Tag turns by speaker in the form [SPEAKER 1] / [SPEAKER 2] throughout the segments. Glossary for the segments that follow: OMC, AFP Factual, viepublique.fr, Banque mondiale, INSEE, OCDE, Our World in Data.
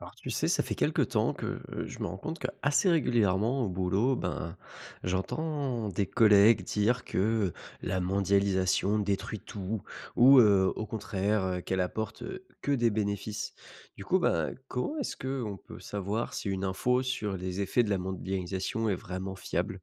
[SPEAKER 1] Alors tu sais, ça fait quelque temps que je me rends compte qu'assez régulièrement au boulot, ben, j'entends des collègues dire que la mondialisation détruit tout, ou au contraire qu'elle apporte que des bénéfices. Du coup, ben, comment est-ce que on peut savoir si une info sur les effets de la mondialisation est vraiment fiable,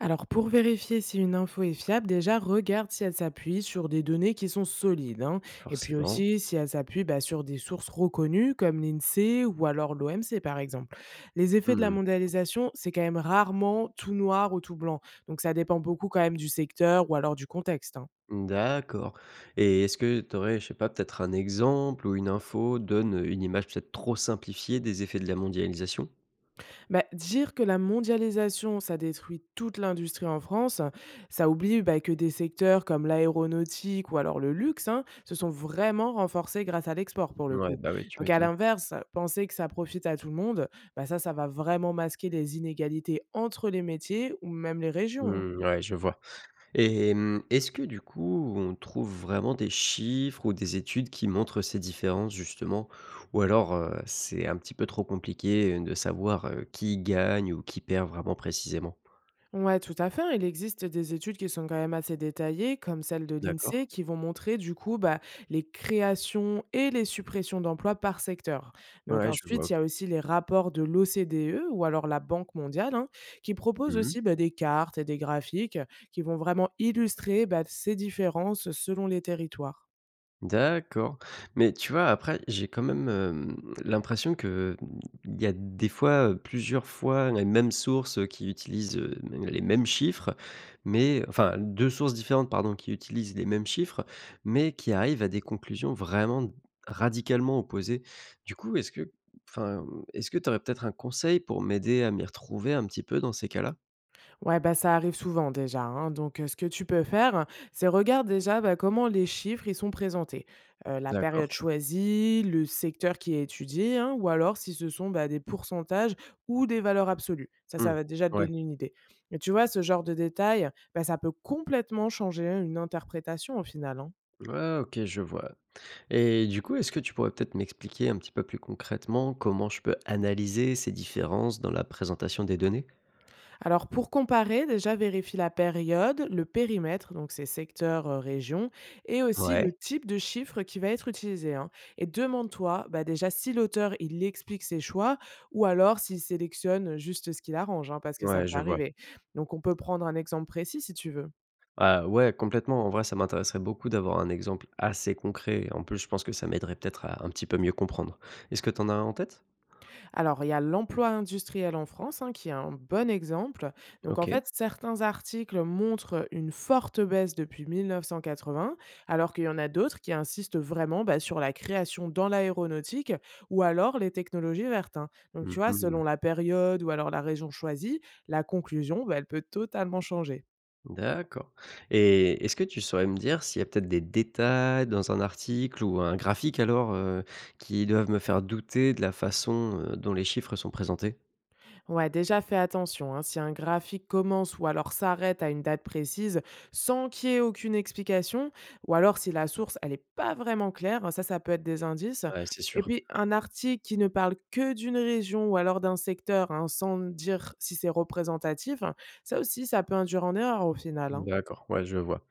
[SPEAKER 2] Alors pour vérifier si une info est fiable, déjà regarde si elle s'appuie sur des données qui sont solides, hein. Et puis
[SPEAKER 1] forcément?
[SPEAKER 2] aussi si elle s'appuie sur des sources reconnues comme l'INSEE ou alors l'OMC par exemple. Les effets de la
[SPEAKER 1] Hmm, ok.
[SPEAKER 2] mondialisation, c'est quand même rarement tout noir ou tout blanc. Donc ça dépend beaucoup quand même du secteur ou alors du contexte, hein.
[SPEAKER 1] D'accord. Et est-ce que tu aurais, je sais pas, peut-être un exemple ou une info donne une image peut-être trop simplifiée des effets de la mondialisation?
[SPEAKER 2] Dire que la mondialisation, ça détruit toute l'industrie en France, ça oublie que des secteurs comme l'aéronautique ou alors le luxe, hein, se sont vraiment renforcés grâce à l'export pour le
[SPEAKER 1] Ouais,
[SPEAKER 2] coup.
[SPEAKER 1] bah, ouais, tu
[SPEAKER 2] Donc à
[SPEAKER 1] m'étonnes.
[SPEAKER 2] l'inverse, penser que ça profite à tout le monde, ça va vraiment masquer les inégalités entre les métiers ou même les régions, hein.
[SPEAKER 1] Mmh, ouais, je vois et mmh, est-ce que du coup, on trouve vraiment des chiffres ou des études qui montrent ces différences justement? Ou alors, c'est un petit peu trop compliqué, de savoir, qui gagne ou qui perd vraiment précisément?
[SPEAKER 2] Ouais, tout à fait, hein. Il existe des études qui sont quand même assez détaillées, comme celle de
[SPEAKER 1] D'accord.
[SPEAKER 2] l'INSEE, qui vont montrer du coup les créations et les suppressions d'emplois par secteur. Donc
[SPEAKER 1] Ouais, je vois,
[SPEAKER 2] ensuite, il
[SPEAKER 1] OK.
[SPEAKER 2] y a aussi les rapports de l'OCDE ou alors la Banque mondiale, hein, qui proposent
[SPEAKER 1] Mmh.
[SPEAKER 2] aussi des cartes et des graphiques qui vont vraiment illustrer ces différences selon les territoires.
[SPEAKER 1] D'accord, mais tu vois, après, j'ai quand même, l'impression que, mmh, il y a des fois, plusieurs fois les mêmes sources, qui utilisent, les mêmes chiffres, mais enfin 2 sources différentes, pardon, qui utilisent les mêmes chiffres, mais qui arrivent à des conclusions vraiment radicalement opposées. Du coup, est-ce que enfin, mmh, est-ce que tu aurais peut-être un conseil pour m'aider à m'y retrouver un petit peu dans ces cas-là?
[SPEAKER 2] Ouais, ça arrive souvent déjà, hein. Donc, ce que tu peux faire, c'est regarde déjà, comment les chiffres, ils sont présentés. La
[SPEAKER 1] D'accord.
[SPEAKER 2] période choisie, le secteur qui est étudié, hein, ou alors si ce sont, des pourcentages ou des valeurs absolues. Ça
[SPEAKER 1] Mmh.
[SPEAKER 2] va déjà te
[SPEAKER 1] Ouais.
[SPEAKER 2] donner une idée. Et tu vois, ce genre de détails, ça peut complètement changer une interprétation au final, hein.
[SPEAKER 1] Ah OK, je vois. Et du coup, est-ce que tu pourrais peut-être m'expliquer un petit peu plus concrètement comment je peux analyser ces différences dans la présentation des données?
[SPEAKER 2] Alors pour comparer, déjà vérifie la période, le périmètre, donc c'est secteur, région, et aussi
[SPEAKER 1] Ouais,
[SPEAKER 2] le type de chiffre qui va être utilisé, hein. Et demande-toi déjà si l'auteur il explique ses choix ou alors s'il sélectionne juste ce qu'il arrange, hein, parce que ça
[SPEAKER 1] ouais,
[SPEAKER 2] peut
[SPEAKER 1] je vois.
[SPEAKER 2] arriver. Donc on peut prendre un exemple précis si tu veux.
[SPEAKER 1] Ah ouais, complètement. En vrai, ça m'intéresserait beaucoup d'avoir un exemple assez concret. En plus, je pense que ça m'aiderait peut-être à un petit peu mieux comprendre. Est-ce que tu en as un en tête?
[SPEAKER 2] Alors, il y a l'emploi industriel en France, hein, qui est un bon exemple. Donc, en
[SPEAKER 1] Ok.
[SPEAKER 2] fait, certains articles montrent une forte baisse depuis 1980, alors qu'il y en a d'autres qui insistent vraiment sur la création dans l'aéronautique ou alors les technologies vertes, hein. Donc, tu vois,
[SPEAKER 1] Mhm.
[SPEAKER 2] selon la période ou alors la région choisie, la conclusion, elle peut totalement changer.
[SPEAKER 1] D'accord. Et est-ce que tu saurais me dire s'il y a peut-être des détails dans un article ou un graphique alors qui doivent me faire douter de la façon dont les chiffres sont présentés?
[SPEAKER 2] Ouais, déjà fais attention, hein, si un graphique commence ou alors s'arrête à une date précise sans qu'il y ait aucune explication, ou alors si la source, elle n'est pas vraiment claire, ça peut être des indices.
[SPEAKER 1] Ouais, c'est
[SPEAKER 2] Et
[SPEAKER 1] sûr.
[SPEAKER 2] puis, un article qui ne parle que d'une région ou alors d'un secteur, hein, sans dire si c'est représentatif, ça aussi, ça peut induire en erreur au final, hein.
[SPEAKER 1] D'accord, ouais, je vois.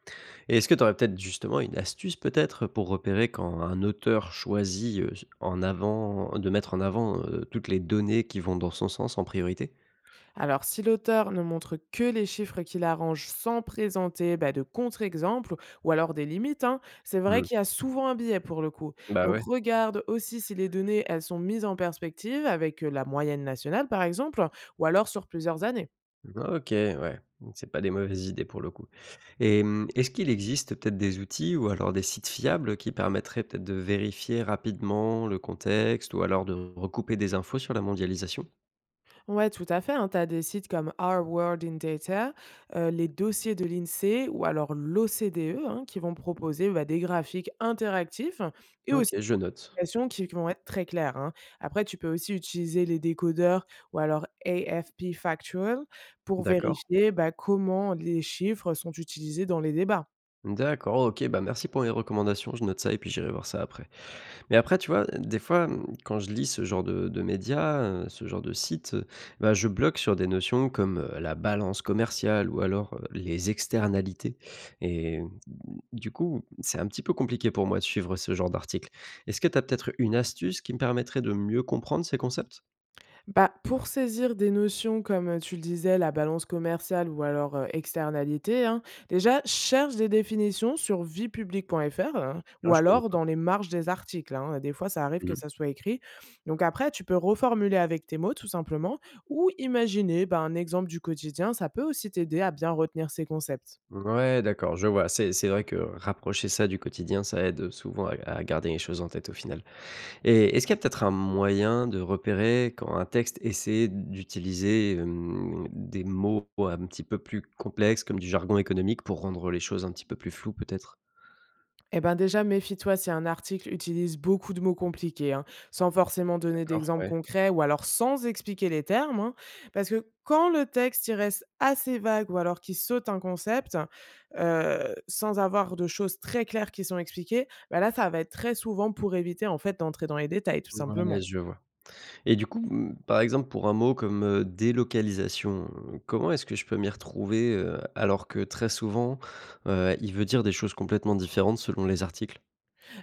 [SPEAKER 1] Et est-ce que tu aurais peut-être justement une astuce peut-être pour repérer quand un auteur choisit, en avant de mettre en avant, toutes les données qui vont dans son sens en priorité?
[SPEAKER 2] Alors, si l'auteur ne montre que les chiffres qui l'arrangent sans présenter de contre-exemples ou alors des limites, hein, c'est vrai
[SPEAKER 1] Mmh.
[SPEAKER 2] qu'il y a souvent un biais pour le coup.
[SPEAKER 1] Bah,
[SPEAKER 2] Donc,
[SPEAKER 1] ouais.
[SPEAKER 2] regarde aussi si les données elles sont mises en perspective avec la moyenne nationale, par exemple, ou alors sur plusieurs années.
[SPEAKER 1] OK, ouais, c'est pas des mauvaises idées pour le coup. Et mmh, est-ce qu'il existe peut-être des outils ou alors des sites fiables qui permettraient peut-être de vérifier rapidement le contexte ou alors de recouper des infos sur la mondialisation?
[SPEAKER 2] Ouais, tout à fait, hein, tu as des sites comme Our World in Data, les dossiers de l'INSEE ou alors l'OCDE qui vont proposer des graphiques interactifs et
[SPEAKER 1] OK,
[SPEAKER 2] aussi
[SPEAKER 1] je note.
[SPEAKER 2] indications qui vont être très claires, hein. Après, tu peux aussi utiliser les décodeurs ou alors AFP Factual pour
[SPEAKER 1] D'accord.
[SPEAKER 2] vérifier, comment les chiffres sont utilisés dans les débats.
[SPEAKER 1] D'accord, OK, bah, merci pour les recommandations, je note ça et puis j'irai voir ça après. Mais après, tu vois, des fois, mmh, quand je lis ce genre de médias, ce genre de sites, bah, je bloque sur des notions comme, la balance commerciale ou alors, les externalités et mmh, du coup, c'est un petit peu compliqué pour moi de suivre ce genre d'article. Est-ce que tu as peut-être une astuce qui me permettrait de mieux comprendre ces concepts?
[SPEAKER 2] Pour saisir des notions comme, tu le disais, la balance commerciale ou alors, externalités, hein, déjà cherche des définitions sur viepublique.fr, hein,
[SPEAKER 1] Ah,
[SPEAKER 2] ou
[SPEAKER 1] je connais
[SPEAKER 2] alors
[SPEAKER 1] pas.
[SPEAKER 2] dans les marges des articles, hein, des fois ça arrive que
[SPEAKER 1] Mmh.
[SPEAKER 2] ça soit écrit. Donc après tu peux reformuler avec tes mots tout simplement ou imaginer, un exemple du quotidien, ça peut aussi t'aider à bien retenir ces concepts.
[SPEAKER 1] Ouais, d'accord, je vois. C'est vrai que rapprocher ça du quotidien, ça aide, souvent à garder les choses en tête au final. Et est-ce qu'il y a peut-être un moyen de repérer quand un texte essaie d'utiliser, des mots un petit peu plus complexes comme du jargon économique pour rendre les choses un petit peu plus floues peut-être?
[SPEAKER 2] Eh ben déjà, méfie-toi si un article utilise beaucoup de mots compliqués, hein, sans forcément donner
[SPEAKER 1] D'accord,
[SPEAKER 2] d'exemples
[SPEAKER 1] ouais.
[SPEAKER 2] concrets ou alors sans expliquer les termes, hein, parce que quand le texte il reste assez vague ou alors qu'il saute un concept sans avoir de choses très claires qui sont expliquées, là, ça va être très souvent pour éviter en fait d'entrer dans les détails, tout
[SPEAKER 1] Ouais,
[SPEAKER 2] simplement.
[SPEAKER 1] je vois. Et du coup, mmh, par exemple pour un mot comme, délocalisation, comment est-ce que je peux m'y retrouver, alors que très souvent, il veut dire des choses complètement différentes selon les articles?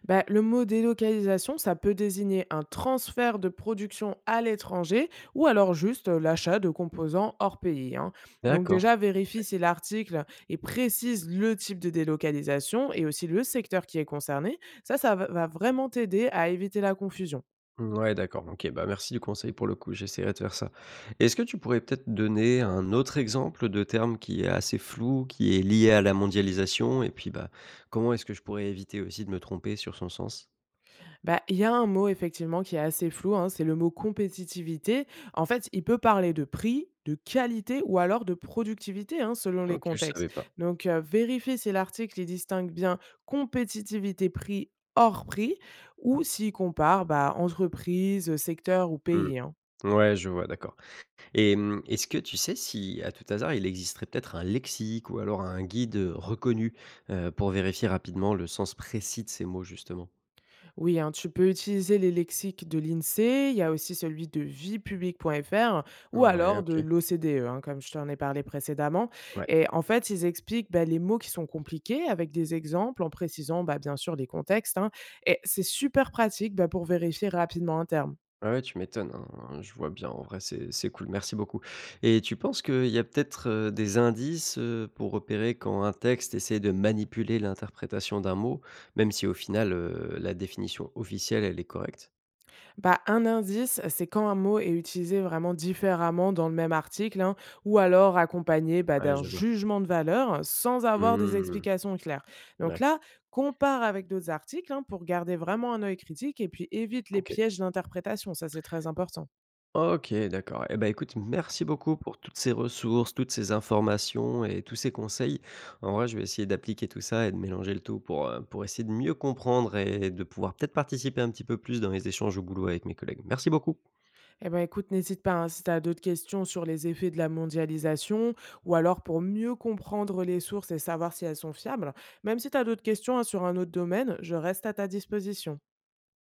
[SPEAKER 2] Le mot délocalisation, ça peut désigner un transfert de production à l'étranger ou alors juste l'achat de composants hors pays, hein. Donc
[SPEAKER 1] D'accord.
[SPEAKER 2] déjà,
[SPEAKER 1] OK.
[SPEAKER 2] vérifie si l'article et précise le type de délocalisation et aussi le secteur qui est concerné. Ça va vraiment t'aider à éviter la confusion.
[SPEAKER 1] Ouais, d'accord. OK, bah, merci du conseil pour le coup, j'essaierai de faire ça. Est-ce que tu pourrais peut-être donner un autre exemple de terme qui est assez flou, qui est lié à la mondialisation et puis, bah, comment est-ce que je pourrais éviter aussi de me tromper sur son sens?
[SPEAKER 2] Il y a un mot effectivement qui est assez flou, hein, c'est le mot compétitivité. En fait, il peut parler de prix, de qualité ou alors de productivité, hein, selon les
[SPEAKER 1] OK, je savais
[SPEAKER 2] contextes.
[SPEAKER 1] pas.
[SPEAKER 2] Donc, vérifiez si l'article il distingue bien compétitivité prix hors prix ou s'il compare entreprise, secteur ou
[SPEAKER 1] Mmh.
[SPEAKER 2] pays, hein.
[SPEAKER 1] Ouais, je vois, d'accord et mmh, est-ce que tu sais si, à tout hasard, il existerait peut-être un lexique ou alors un guide, reconnu, pour vérifier rapidement le sens précis de ces mots justement?
[SPEAKER 2] Oui, hein, tu peux utiliser les lexiques de l'INSEE, il y a aussi celui de viepublique.fr ou
[SPEAKER 1] Ouais,
[SPEAKER 2] alors de
[SPEAKER 1] OK.
[SPEAKER 2] l'OCDE, hein, comme je t'en ai parlé précédemment.
[SPEAKER 1] Ouais.
[SPEAKER 2] Et en fait, ils expliquent les mots qui sont compliqués avec des exemples en précisant bien sûr les contextes, hein. Et c'est super pratique pour vérifier rapidement un terme.
[SPEAKER 1] Ah ouais, tu m'étonnes, hein, je vois bien, en vrai, c'est cool, merci beaucoup et tu penses qu'il y a peut-être, des indices, pour repérer quand un texte essaie de manipuler l'interprétation d'un mot, même si au final, la définition officielle, elle est correcte?
[SPEAKER 2] Un indice, c'est quand un mot est utilisé vraiment différemment dans le même article, hein, ou alors accompagné
[SPEAKER 1] Ouais,
[SPEAKER 2] d'un
[SPEAKER 1] je vois.
[SPEAKER 2] jugement de valeur, hein, sans avoir des
[SPEAKER 1] Mmh.
[SPEAKER 2] explications claires. Donc
[SPEAKER 1] Ouais,
[SPEAKER 2] là, compare avec d'autres articles, hein, pour garder vraiment un œil critique et puis évite les
[SPEAKER 1] OK.
[SPEAKER 2] pièges d'interprétation, ça c'est très important.
[SPEAKER 1] OK, d'accord. Eh ben, écoute, merci beaucoup pour toutes ces ressources, toutes ces informations et tous ces conseils. En vrai, je vais essayer d'appliquer tout ça et de mélanger le tout pour essayer de mieux comprendre et de pouvoir peut-être participer un petit peu plus dans les échanges au boulot avec mes collègues. Merci beaucoup.
[SPEAKER 2] Eh ben écoute, n'hésite pas, hein, si tu as d'autres questions sur les effets de la mondialisation, ou alors pour mieux comprendre les sources et savoir si elles sont fiables, même si tu as d'autres questions, hein, sur un autre domaine, je reste à ta disposition.